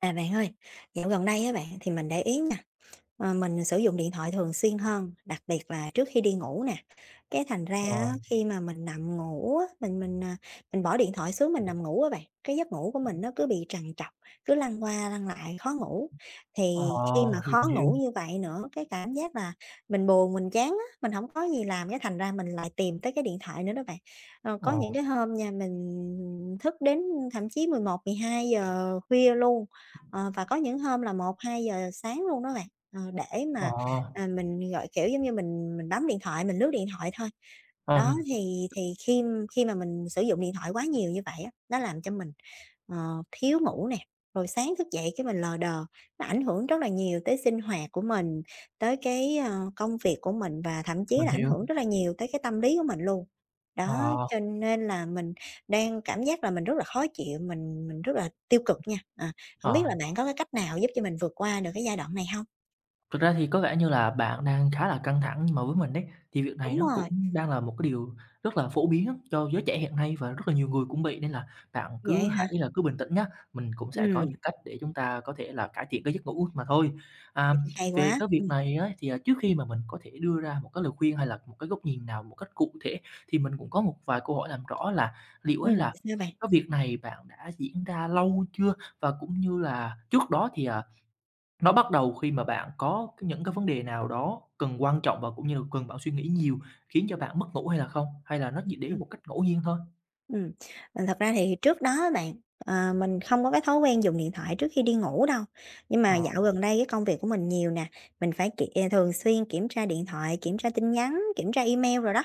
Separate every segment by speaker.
Speaker 1: À, bạn ơi, dạo gần đây á bạn, thì mình để ý nha, mình sử dụng điện thoại thường xuyên hơn, đặc biệt là trước khi đi ngủ nè. Cái thành ra
Speaker 2: Ờ,
Speaker 1: á, khi mà mình nằm ngủ á, mình bỏ điện thoại xuống mình nằm ngủ á bạn, cái giấc ngủ của mình nó cứ bị trằn trọc, cứ lăn qua lăn lại khó ngủ.
Speaker 2: ờ,
Speaker 1: Thì khi mà
Speaker 2: hiểu,
Speaker 1: khó
Speaker 2: hiểu,
Speaker 1: ngủ như vậy nữa, cái cảm giác là mình buồn, mình chán á, mình không có gì làm, cái thành ra mình lại tìm tới cái điện thoại nữa đó bạn. Có
Speaker 2: ờ,
Speaker 1: những cái hôm nha, mình thức đến thậm chí 10, 11, 12 giờ khuya luôn. Và có những hôm là một hai giờ sáng luôn đó bạn, để
Speaker 2: ờ,
Speaker 1: mà, mình, kiểu, giống như mình bấm điện thoại, mình lướt điện thoại thôi. Đó,
Speaker 2: ừm,
Speaker 1: thì khi khi mà mình sử dụng điện thoại quá nhiều như vậy á, nó làm cho mình, ờ, thiếu ngủ nè, rồi sáng thức dậy cái mình lờ đờ, nó ảnh hưởng rất là nhiều tới sinh hoạt của mình, tới cái, công việc của mình và thậm chí
Speaker 2: mình
Speaker 1: là ảnh
Speaker 2: hiểu,
Speaker 1: hưởng rất là nhiều tới cái tâm lý của mình luôn. Đó,
Speaker 2: ờ,
Speaker 1: cho nên là mình đang cảm giác là mình rất là khó chịu, mình rất là tiêu cực nha, ờ. Hổng biết là
Speaker 2: ờ.
Speaker 1: bạn có cái cách nào giúp cho mình vượt qua được cái giai đoạn này hông?
Speaker 2: Thực ra thì có vẻ như là bạn đang khá là căng thẳng, nhưng mà với mình đấy thì việc này
Speaker 1: Đúng
Speaker 2: nó
Speaker 1: rồi.
Speaker 2: cũng đang là một cái điều rất là phổ biến cho giới trẻ hiện nay và rất là nhiều người cũng bị, nên là bạn
Speaker 1: Vậy
Speaker 2: cứ
Speaker 1: hả?
Speaker 2: hãy là cứ bình tĩnh nhá, mình cũng sẽ có
Speaker 1: Ừm.
Speaker 2: những cách để chúng ta có thể là cải thiện cái giấc ngủ mà thôi. À,
Speaker 1: Vậy thì hay
Speaker 2: Về
Speaker 1: quá.
Speaker 2: cái việc
Speaker 1: Ừm.
Speaker 2: này á, thì, trước khi mà mình có thể đưa ra một cái lời khuyên hay là một cái góc nhìn nào một cách cụ thể, thì mình cũng có một vài câu hỏi làm rõ là liệu
Speaker 1: Ừm.
Speaker 2: ấy là
Speaker 1: Vậy sao bạn?
Speaker 2: cái việc này bạn đã diễn ra lâu chưa? Và cũng như là trước đó thì, nó bắt đầu khi mà bạn có cái những cái vấn đề nào đó cần quan trọng và cũng như là cần bạn suy nghĩ nhiều, khiến cho bạn mất ngủ hay là không? Hay là nó chỉ đến
Speaker 1: Ừm.
Speaker 2: một cách ngẫu nhiên thôi?
Speaker 1: Ừm, thật ra thì trước đó bạn, mình không có cái thói quen dùng điện thoại trước khi đi ngủ đâu, nhưng mà
Speaker 2: Ờ,
Speaker 1: dạo gần đây cái công việc của mình nhiều nè, mình phải thường xuyên kiểm tra điện thoại, kiểm tra tin nhắn, kiểm tra email rồi đó.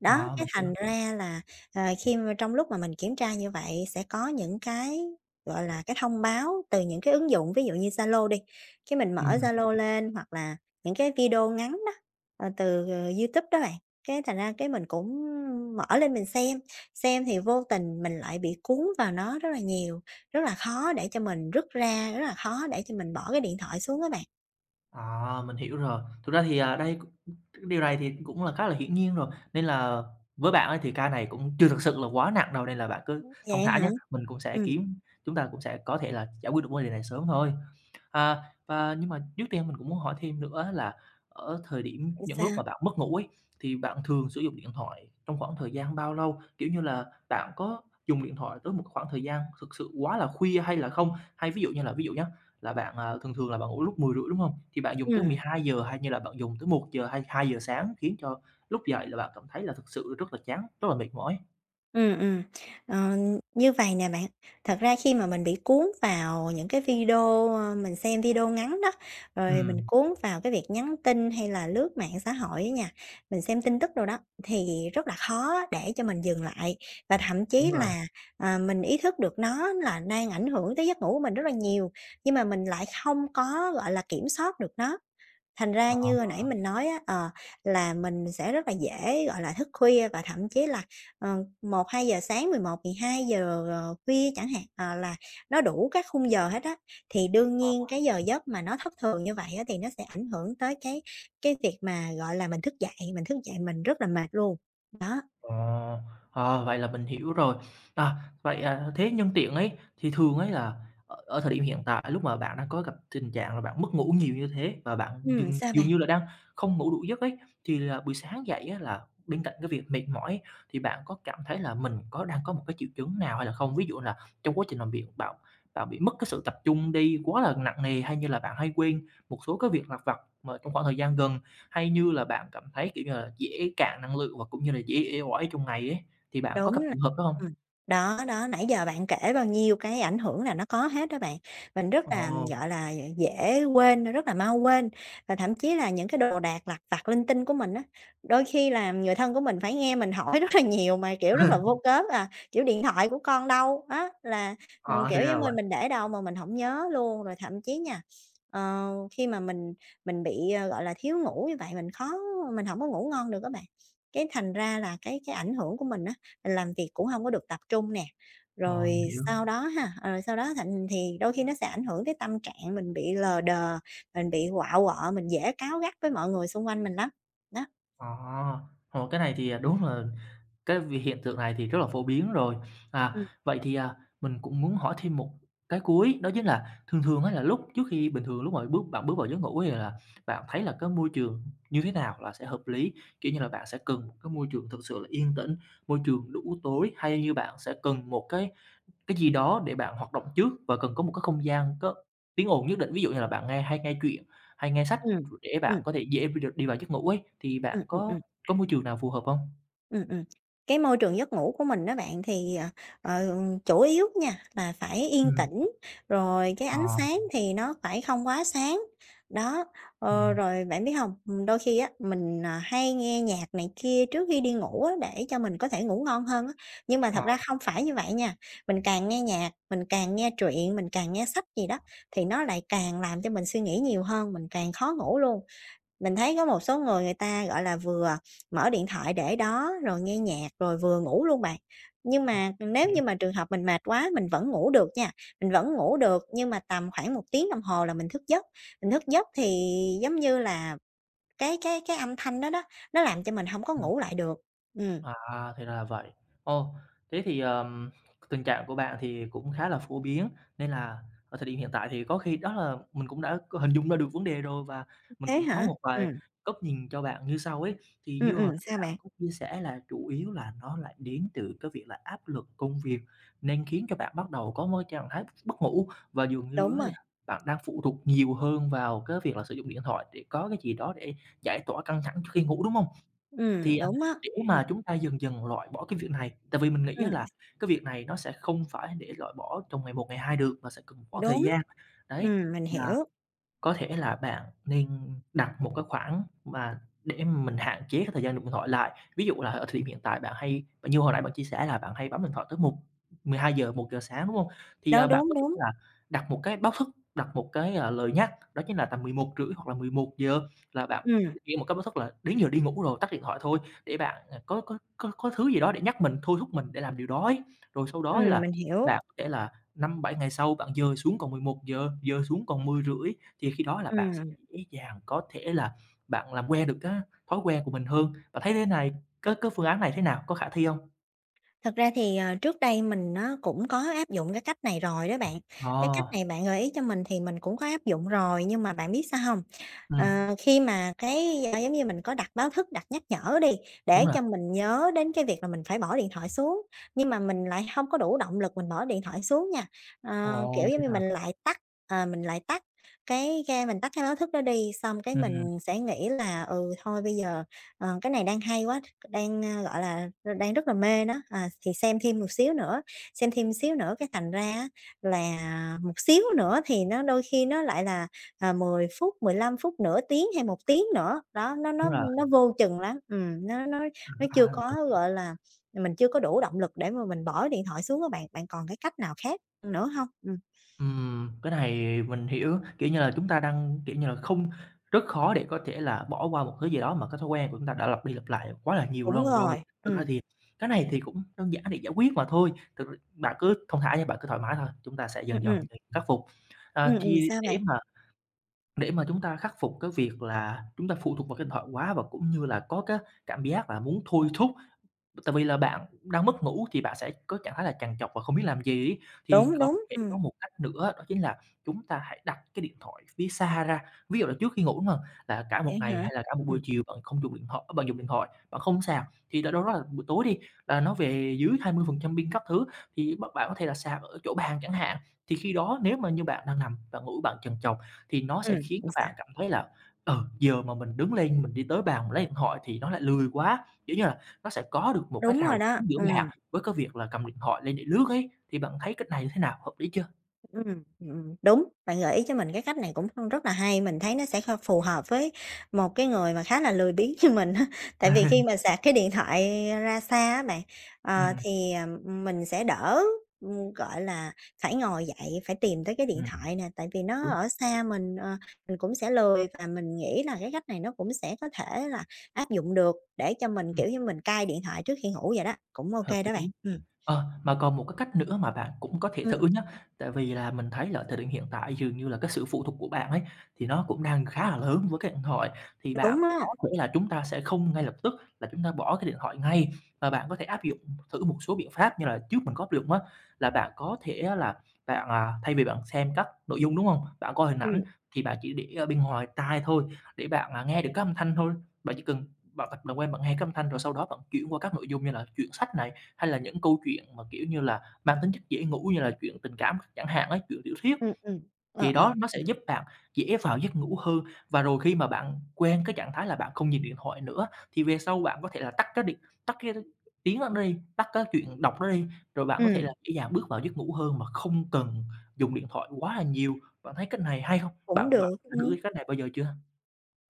Speaker 1: Đó,
Speaker 2: ờ,
Speaker 1: cái
Speaker 2: mình hiểu.
Speaker 1: thành ra là, khi mà trong lúc mà mình kiểm tra như vậy sẽ có những cái, gọi là, cái thông báo từ những cái ứng dụng, ví dụ như Zalo đi, cái mình mở
Speaker 2: Ừm,
Speaker 1: Zalo lên hoặc là những cái video ngắn đó, từ, YouTube đó bạn, cái thành ra cái mình cũng mở lên mình xem. Xem thì vô tình mình lại bị cuốn vào nó rất là nhiều, rất là khó để cho mình rút ra, rất là khó để cho mình bỏ cái điện thoại xuống các bạn.
Speaker 2: mình hiểu rồi. Thực ra thì, đây cái điều này thì cũng là khá là hiển nhiên rồi, nên là với bạn ấy thì ca này cũng chưa thực sự là quá nặng đâu, nên là bạn cứ thong
Speaker 1: Vậy
Speaker 2: thả
Speaker 1: hả?
Speaker 2: nhá. Mình cũng sẽ
Speaker 1: Ừ,
Speaker 2: kiếm Chúng ta cũng sẽ có thể là giải quyết được vấn đề này sớm thôi. Và nhưng mà trước tiên mình cũng muốn hỏi thêm nữa là ở thời điểm
Speaker 1: rồi
Speaker 2: những lúc
Speaker 1: sao?
Speaker 2: mà bạn mất ngủ ấy, thì bạn thường sử dụng điện thoại trong khoảng thời gian bao lâu? Kiểu như là, bạn có dùng điện thoại tới một khoảng thời gian thực sự quá là khuya hay là không? Hay ví dụ như là ví dụ nhá, là bạn, thường thường là bạn ngủ lúc mười rưỡi, đúng không? Thì bạn dùng tới mười
Speaker 1: Ừm.
Speaker 2: hai giờ hay như là bạn dùng tới một giờ hay hai giờ sáng khiến cho lúc dậy là bạn cảm thấy là thực sự rất là chán, rất là mệt mỏi?
Speaker 1: Ừm, ừm. Ờ, như vậy nè bạn, thật ra khi mà mình bị cuốn vào những cái video, ơ, mình xem video ngắn đó,
Speaker 2: Ừ,
Speaker 1: rồi mình cuốn vào cái việc nhắn tin hay là lướt mạng xã hội á nha, mình xem tin tức đồ đó, thì rất là khó để cho mình dừng lại. Và thậm chí
Speaker 2: đúng rồi.
Speaker 1: là, mình ý thức được nó là đang ảnh hưởng tới giấc ngủ của mình rất là nhiều, nhưng mà mình lại không có, gọi là, kiểm soát được nó. Thành ra
Speaker 2: Ờ.
Speaker 1: như hồi nãy mình nói á, là mình sẽ rất là dễ, gọi là, thức khuya và thậm chí là, một hai giờ sáng, 11:00-12:00, khuya chẳng hạn, là nó đủ các khung giờ hết á. Thì đương nhiên cái giờ giấc mà nó thất thường như vậy á, thì nó sẽ ảnh hưởng tới cái việc mà, gọi là, mình thức dậy, mình thức dậy mình rất là mệt luôn. Đó,
Speaker 2: Ờ, vậy là mình hiểu rồi. À, vậy, thế nhân tiện ấy, thì thường ấy là ở ở thời điểm hiện tại lúc mà bạn đang có gặp tình trạng là bạn mất ngủ nhiều như thế và bạn dường
Speaker 1: sao
Speaker 2: dường
Speaker 1: bạn?
Speaker 2: như là đang không ngủ đủ giấc ấy, thì là buổi sáng dậy á là bên cạnh cái việc mệt mỏi ấy, thì bạn có cảm thấy là mình có đang có một cái triệu chứng nào hay là không? Ví dụ là trong quá trình làm việc bạn bạn bị mất cái sự tập trung đi quá là nặng nề hay như là bạn hay quên một số cái việc lặt vặt mà trong khoảng thời gian gần hay như là bạn cảm thấy, kiểu như là, dễ cạn năng lượng và cũng như là dễ uể oải trong ngày ấy, thì bạn có
Speaker 1: Đúng
Speaker 2: gặp
Speaker 1: rồi.
Speaker 2: trường hợp đó không?
Speaker 1: Ừm. Đó, đó, nãy giờ bạn kể bao nhiêu cái ảnh hưởng là nó có hết đó bạn. Mình rất là,
Speaker 2: Ồ,
Speaker 1: gọi là, dễ quên, rất là mau quên, và thậm chí là những cái đồ đạc lặt vặt linh tinh của mình á, đôi khi là người thân của mình phải nghe mình hỏi rất là nhiều mà, kiểu, rất là vô cớ à, kiểu, "Điện thoại của con đâu?" Á, là,
Speaker 2: ờ,
Speaker 1: kiểu,
Speaker 2: thì ra
Speaker 1: giống
Speaker 2: là
Speaker 1: như
Speaker 2: vậy.
Speaker 1: mình để đâu mà mình không nhớ luôn. Rồi thậm chí nha, khi mà mình bị, gọi là, thiếu ngủ như vậy, mình không có ngủ ngon được các bạn. Cái thành ra là cái ảnh hưởng của mình á, làm việc cũng không có được tập trung nè.
Speaker 2: Ờ,
Speaker 1: Rồi
Speaker 2: mình hiểu.
Speaker 1: Rồi sau đó thì đôi khi nó sẽ ảnh hưởng tới tâm trạng mình bị lờ đờ, mình bị quạu quọ, mình dễ cáu gắt với mọi người xung quanh mình lắm. Đó,
Speaker 2: Ờ, cái này thì, đúng là cái việc hiện tượng này thì rất là phổ biến rồi.
Speaker 1: ừ,
Speaker 2: Vậy thì, mình cũng muốn hỏi thêm một cái cuối, đó chính là thường thường á là lúc trước khi bình thường lúc mà bạn bước vào giấc ngủ thì là bạn thấy là cái môi trường như thế nào là sẽ hợp lý? Kiểu như là, bạn sẽ cần một cái môi trường thực sự là yên tĩnh, môi trường đủ tối, hay như bạn sẽ cần một cái gì đó để bạn hoạt động trước và cần có một cái không gian có tiếng ồn nhất định. Ví dụ như là bạn nghe hay nghe truyện, hay nghe sách
Speaker 1: ừ, ừ,
Speaker 2: để
Speaker 1: ừ,
Speaker 2: bạn có thể dễ đi đi vào giấc ngủ ấy, thì
Speaker 1: ừ
Speaker 2: bạn có
Speaker 1: ừm.
Speaker 2: môi trường nào phù hợp không?
Speaker 1: Ừm, ừm. Cái môi trường giấc ngủ của mình đó bạn thì, ờ, chủ yếu nha là phải yên
Speaker 2: Ừm,
Speaker 1: tĩnh, rồi cái
Speaker 2: ờ,
Speaker 1: ánh sáng thì nó phải không quá sáng. Đó,
Speaker 2: ừm,
Speaker 1: rồi bạn biết không, đôi khi á, mình, hay nghe nhạc này kia trước khi đi ngủ á, để cho mình có thể ngủ ngon hơn á. Nhưng mà thật
Speaker 2: ờ,
Speaker 1: ra không phải như vậy nha, mình càng nghe nhạc, mình càng nghe truyện, mình càng nghe sách gì đó, thì nó lại càng làm cho mình suy nghĩ nhiều hơn, mình càng khó ngủ luôn. Mình thấy có một số người người ta, gọi là, vừa mở điện thoại để đó, rồi nghe nhạc, rồi vừa ngủ luôn bạn. Nhưng
Speaker 2: ờ,
Speaker 1: mà nếu
Speaker 2: hiểu,
Speaker 1: như mà trường hợp mình mệt quá mình vẫn ngủ được nha, mình vẫn ngủ được nhưng mà tầm khoảng một tiếng đồng hồ là mình thức giấc. Mình thức giấc thì giống như là cái âm thanh đó đó, nó làm cho mình không có
Speaker 2: ừm.
Speaker 1: ngủ lại được. Ừm.
Speaker 2: À, thì ra là vậy. Ồ, thế thì, tình trạng của bạn thì cũng khá là phổ biến, nên là ở thời điểm hiện tại thì có khi đó là mình cũng đã có hình dung ra được vấn đề rồi và mình
Speaker 1: Thế
Speaker 2: cũng có
Speaker 1: hả?
Speaker 2: một vài góc nhìn cho bạn như sau ấy. Thì như hồi nãy
Speaker 1: Sao
Speaker 2: bạn
Speaker 1: bạn?
Speaker 2: có chia sẻ là chủ yếu là nó lại đến từ cái việc là áp lực công việc, nên khiến cho bạn bắt đầu có một trạng thái mất ngủ và dường như
Speaker 1: Đúng
Speaker 2: á
Speaker 1: rồi,
Speaker 2: là bạn đang phụ thuộc nhiều hơn vào cái việc là sử dụng điện thoại để có cái gì đó để giải tỏa căng thẳng trước khi ngủ, đúng không? Thì,
Speaker 1: đúng á,
Speaker 2: nếu
Speaker 1: ừm,
Speaker 2: mà chúng ta dần dần loại bỏ cái việc này, tại vì mình nghĩ á
Speaker 1: ừm,
Speaker 2: là cái việc này nó sẽ không phải để loại bỏ trong ngày một ngày hai được, mà sẽ cần một khoảng thời
Speaker 1: đúng,
Speaker 2: gian. Đấy,
Speaker 1: mình
Speaker 2: là
Speaker 1: hiểu.
Speaker 2: có thể là bạn nên đặt một cái khoảng mà để mình hạn chế cái thời gian dùng điện thoại lại. Ví dụ là ở thời điểm hiện tại bạn hay như hồi nãy bạn chia sẻ là bạn hay bấm điện thoại tới mười hai giờ một giờ sáng, đúng không? Thì,
Speaker 1: Đó,
Speaker 2: bạn
Speaker 1: đúng,
Speaker 2: có thể
Speaker 1: đúng,
Speaker 2: là đặt một cái báo thức, đặt một cái, lời nhắc, đó chính là tầm mười một rưỡi hoặc là mười một giờ là bạn
Speaker 1: ừm,
Speaker 2: nghe một cái báo thức là đến giờ đi ngủ rồi, tắt điện thoại thôi, để bạn, có thứ gì đó để nhắc mình, thôi thúc mình để làm điều đó ấy. Rồi sau đó là
Speaker 1: mình hiểu,
Speaker 2: bạn có thể là năm bảy ngày sau bạn dời xuống còn mười một giờ, dời xuống còn mười rưỡi, thì khi đó là bạn sẽ
Speaker 1: ừm.
Speaker 2: dễ dàng có thể là bạn làm quen được cái thói quen của mình hơn. Bạn thấy thế này cái phương án này thế nào, có khả thi không?
Speaker 1: Thật ra thì, trước đây mình nó cũng có áp dụng cái cách này rồi đó bạn. Cái cách
Speaker 2: Ờ,
Speaker 1: này bạn gợi ý cho mình thì mình cũng có áp dụng rồi, nhưng mà bạn biết sao không?
Speaker 2: ừm,
Speaker 1: Khi mà cái, giống như mình có đặt báo thức, đặt nhắc nhở đi,
Speaker 2: đúng
Speaker 1: để
Speaker 2: rồi.
Speaker 1: cho mình nhớ đến cái việc là mình phải bỏ điện thoại xuống, nhưng mà mình lại không có đủ động lực mình bỏ điện thoại xuống nha. Kiểu,
Speaker 2: Ồ,
Speaker 1: giống
Speaker 2: thế
Speaker 1: như
Speaker 2: nào?
Speaker 1: ờ, mình lại tắt mình tắt cái báo thức đó đi, xong cái
Speaker 2: Ừm,
Speaker 1: mình sẽ nghĩ là "Ừ, thôi bây giờ, cái này đang hay quá đang, gọi là, đang rất là mê nó, thì xem thêm một xíu nữa, xem thêm xíu nữa cái thành ra á là một xíu nữa thì nó đôi khi nó lại là, 10 phút, 15 phút, nửa tiếng hay một tiếng nữa. Đó, nó nó
Speaker 2: đúng rồi.
Speaker 1: nó vô chừng lắm, nó chưa
Speaker 2: À,
Speaker 1: có,
Speaker 2: mình
Speaker 1: gọi là, mình chưa có đủ động lực để mà mình bỏ điện thoại xuống các bạn. Bạn còn cái cách nào khác nữa không?
Speaker 2: cái này mình hiểu, kiểu như là, chúng ta đang, kiểu như là, không rất khó để có thể là bỏ qua một thứ gì đó mà cái thói quen của chúng ta đã lặp đi lặp lại quá là nhiều
Speaker 1: Đúng
Speaker 2: lần rồi.
Speaker 1: rồi,
Speaker 2: Thực ra thì cái này thì cũng đơn giản để giải quyết mà thôi, thực r bạn cứ thong thả nha, bạn cứ thoải mái thôi, chúng ta sẽ
Speaker 1: ừm,
Speaker 2: dần dần,
Speaker 1: ừm,
Speaker 2: ừ, khắc phục. À, thì
Speaker 1: sao bạn?
Speaker 2: để mà Để mà chúng ta khắc phục cái việc là chúng ta phụ thuộc vào cái điện thoại quá và cũng như là có cái cảm giác là muốn thôi thúc. Tại vì là bạn đang mất ngủ thì bạn sẽ có trạng thái là trằn trọc và không biết làm gì ấy. Thì
Speaker 1: Đúng,
Speaker 2: có
Speaker 1: đúng,
Speaker 2: thể có một cách nữa đó chính là chúng ta hãy đặt cái điện thoại phía xa ra. Ví dụ là trước khi ngủ, là cả một
Speaker 1: vậy
Speaker 2: ngày
Speaker 1: hả?
Speaker 2: hay là cả một
Speaker 1: Ừm,
Speaker 2: buổi chiều bạn không dùng điện thoại bạn dùng điện thoại, bạn không sạc, thì đâu đó là buổi tối đi, là nó về dưới 20% pin các thứ, thì bạn có thể là sạc ở chỗ bàn chẳng hạn. Thì khi đó nếu mà như bạn đang nằm, bạn ngủ bạn trằn trọc thì nó sẽ
Speaker 1: ừm,
Speaker 2: khiến các
Speaker 1: sao?
Speaker 2: bạn cảm thấy là, giờ mà mình đứng lên mình đi tới bàn mình lấy điện thoại thì nó lại lười quá. Kiểu như là, nó sẽ có được một cái
Speaker 1: Đúng rồi
Speaker 2: rào
Speaker 1: đó,
Speaker 2: chắn giữa bạn với cái việc là cầm điện thoại lên để lướt ấy, thì bạn thấy cách này như thế nào? Hợp lý chưa?
Speaker 1: Đúng, bạn gợi ý cho mình cái cách này cũng rất là hay, mình thấy nó sẽ phù hợp với một cái người mà khá là lười biếng như mình á. Tại vì khi mà sạc cái điện thoại ra xa á bạn,
Speaker 2: Ừm,
Speaker 1: thì, mình sẽ đỡ, gọi là, phải ngồi dậy, phải tìm tới cái điện
Speaker 2: ừm,
Speaker 1: thoại nè, tại vì nó
Speaker 2: đúng,
Speaker 1: ở xa mình, mình cũng sẽ lười và mình nghĩ là cái cách này nó cũng sẽ có thể là áp dụng được để cho mình,
Speaker 2: ừm,
Speaker 1: kiểu như, mình cai điện thoại trước khi ngủ vậy đó, cũng
Speaker 2: hợp
Speaker 1: OK đó bạn.
Speaker 2: lý. Ờ, mà còn một cái cách nữa mà bạn cũng có thể thử
Speaker 1: Ừm,
Speaker 2: nhá, tại vì là mình thấy là ở thời điểm hiện tại dường như là cái sự phụ thuộc của bạn ấy, thì nó cũng đang khá là lớn với cái điện thoại. Thì bạn
Speaker 1: đúng á,
Speaker 2: có thể là chúng ta sẽ không ngay lập tức là chúng ta bỏ cái điện thoại ngay, mà bạn có thể áp dụng thử một số biện pháp như là trước mình có áp dụng á, là bạn có thể á là bạn, thay vì bạn xem các nội dung, đúng không? Bạn coi hình ảnh
Speaker 1: ừm,
Speaker 2: thì bạn chỉ để ở bên ngoài tai thôi, để bạn, nghe được các âm thanh thôi. Bạn chỉ cần bạn tập làm quen bạn nghe cái âm thanh rồi sau đó bạn chuyển qua các nội dung như là truyện sách này, hay là những câu chuyện mà, kiểu như là, mang tính chất dễ ngủ như là chuyện tình cảm chẳng hạn ấy, chuyện tiểu thuyết,
Speaker 1: ừm, ừm, ờ,
Speaker 2: thì
Speaker 1: ờ,
Speaker 2: đó nó sẽ giúp bạn dễ vào giấc ngủ hơn. Và rồi khi mà bạn quen cái trạng thái là bạn không nhìn điện thoại nữa, thì về sau bạn có thể là tắt cái tiếng đó đi, tắt cái chuyện đọc đó đi, rồi bạn có thể là
Speaker 1: ừm.
Speaker 2: dễ dàng bước vào giấc ngủ hơn mà không cần dùng điện thoại quá là nhiều. Bạn thấy cách này hay không?
Speaker 1: Cũng
Speaker 2: Bạn Bạn
Speaker 1: được,
Speaker 2: đã thử
Speaker 1: ừm.
Speaker 2: cái cách này bao giờ chưa?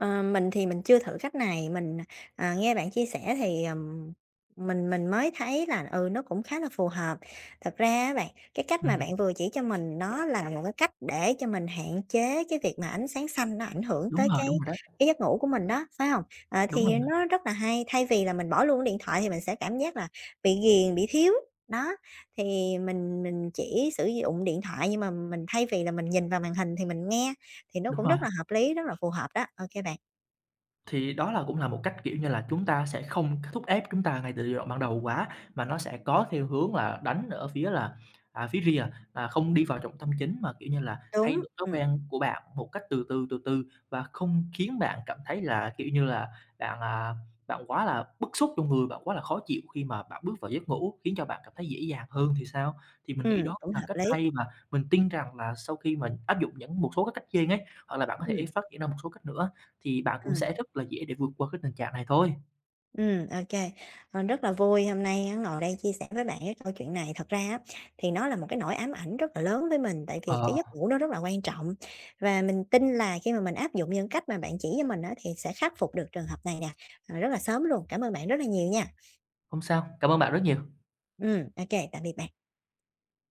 Speaker 1: Ờ, mình thì mình chưa thử cách này, mình, nghe bạn chia sẻ thì, mình mới thấy là, ừ, nó cũng khá là phù hợp. Thật ra á bạn, cái cách mà
Speaker 2: Ừm,
Speaker 1: bạn vừa chỉ cho mình nó là một cái cách để cho mình hạn chế cái việc mà ánh sáng xanh nó ảnh hưởng
Speaker 2: đúng
Speaker 1: tới
Speaker 2: rồi,
Speaker 1: cái
Speaker 2: đúng rồi đó,
Speaker 1: cái giấc ngủ của mình đó, phải không? Ờ,
Speaker 2: đúng rồi,
Speaker 1: thì nó rất là hay, thay vì là mình bỏ luôn điện thoại thì mình sẽ cảm giác là bị ghiền, bị thiếu. Đó, thì mình chỉ sử dụng điện thoại nhưng mà mình thay vì là mình nhìn vào màn hình thì mình nghe thì nó
Speaker 2: đúng
Speaker 1: cũng
Speaker 2: rồi.
Speaker 1: rất là hợp lý, rất là phù hợp đó. OK bạn.
Speaker 2: Thì đó là cũng là một cách, kiểu như là, chúng ta sẽ không thúc ép chúng ta ngay từ giai đoạn ban đầu quá, mà nó sẽ có theo hướng là đánh ở phía là, phía rìa, là không đi vào trọng tâm chính mà, kiểu như là, thay
Speaker 1: Đúng,
Speaker 2: đổi thói quen của bạn một cách từ từ, từ từ và không khiến bạn cảm thấy là, kiểu như là, bạn, bạn quá là bức xúc trong người, bạn quá là khó chịu khi mà bạn bước vào giấc ngủ, khiến cho bạn cảm thấy dễ dàng hơn thì sao? Thì mình nghĩ đó cũng
Speaker 1: cũng
Speaker 2: là
Speaker 1: hợp
Speaker 2: cách
Speaker 1: lý.
Speaker 2: hay và mình tin rằng là sau khi mình áp dụng những một số các cách trên ấy, hoặc là bạn có
Speaker 1: Ừm,
Speaker 2: thể phát triển ra một số cách nữa thì bạn cũng
Speaker 1: ừm,
Speaker 2: sẽ rất là dễ để vượt qua cái tình trạng này thôi.
Speaker 1: ô. Rất là vui hôm nay á ngồi đây chia sẻ với bạn cái câu chuyện này. Thật ra á, thì nó là một cái nỗi ám ảnh rất là lớn với mình, tại vì cái
Speaker 2: Ờ,
Speaker 1: giấc ngủ nó rất là quan trọng. Và mình tin là khi mà mình áp dụng những cách mà bạn chỉ cho mình á, thì sẽ khắc phục được trường hợp này nè, rất là sớm luôn. Cảm ơn bạn rất là nhiều nha.
Speaker 2: không sao, cảm ơn bạn rất nhiều.
Speaker 1: OK, tạm biệt bạn.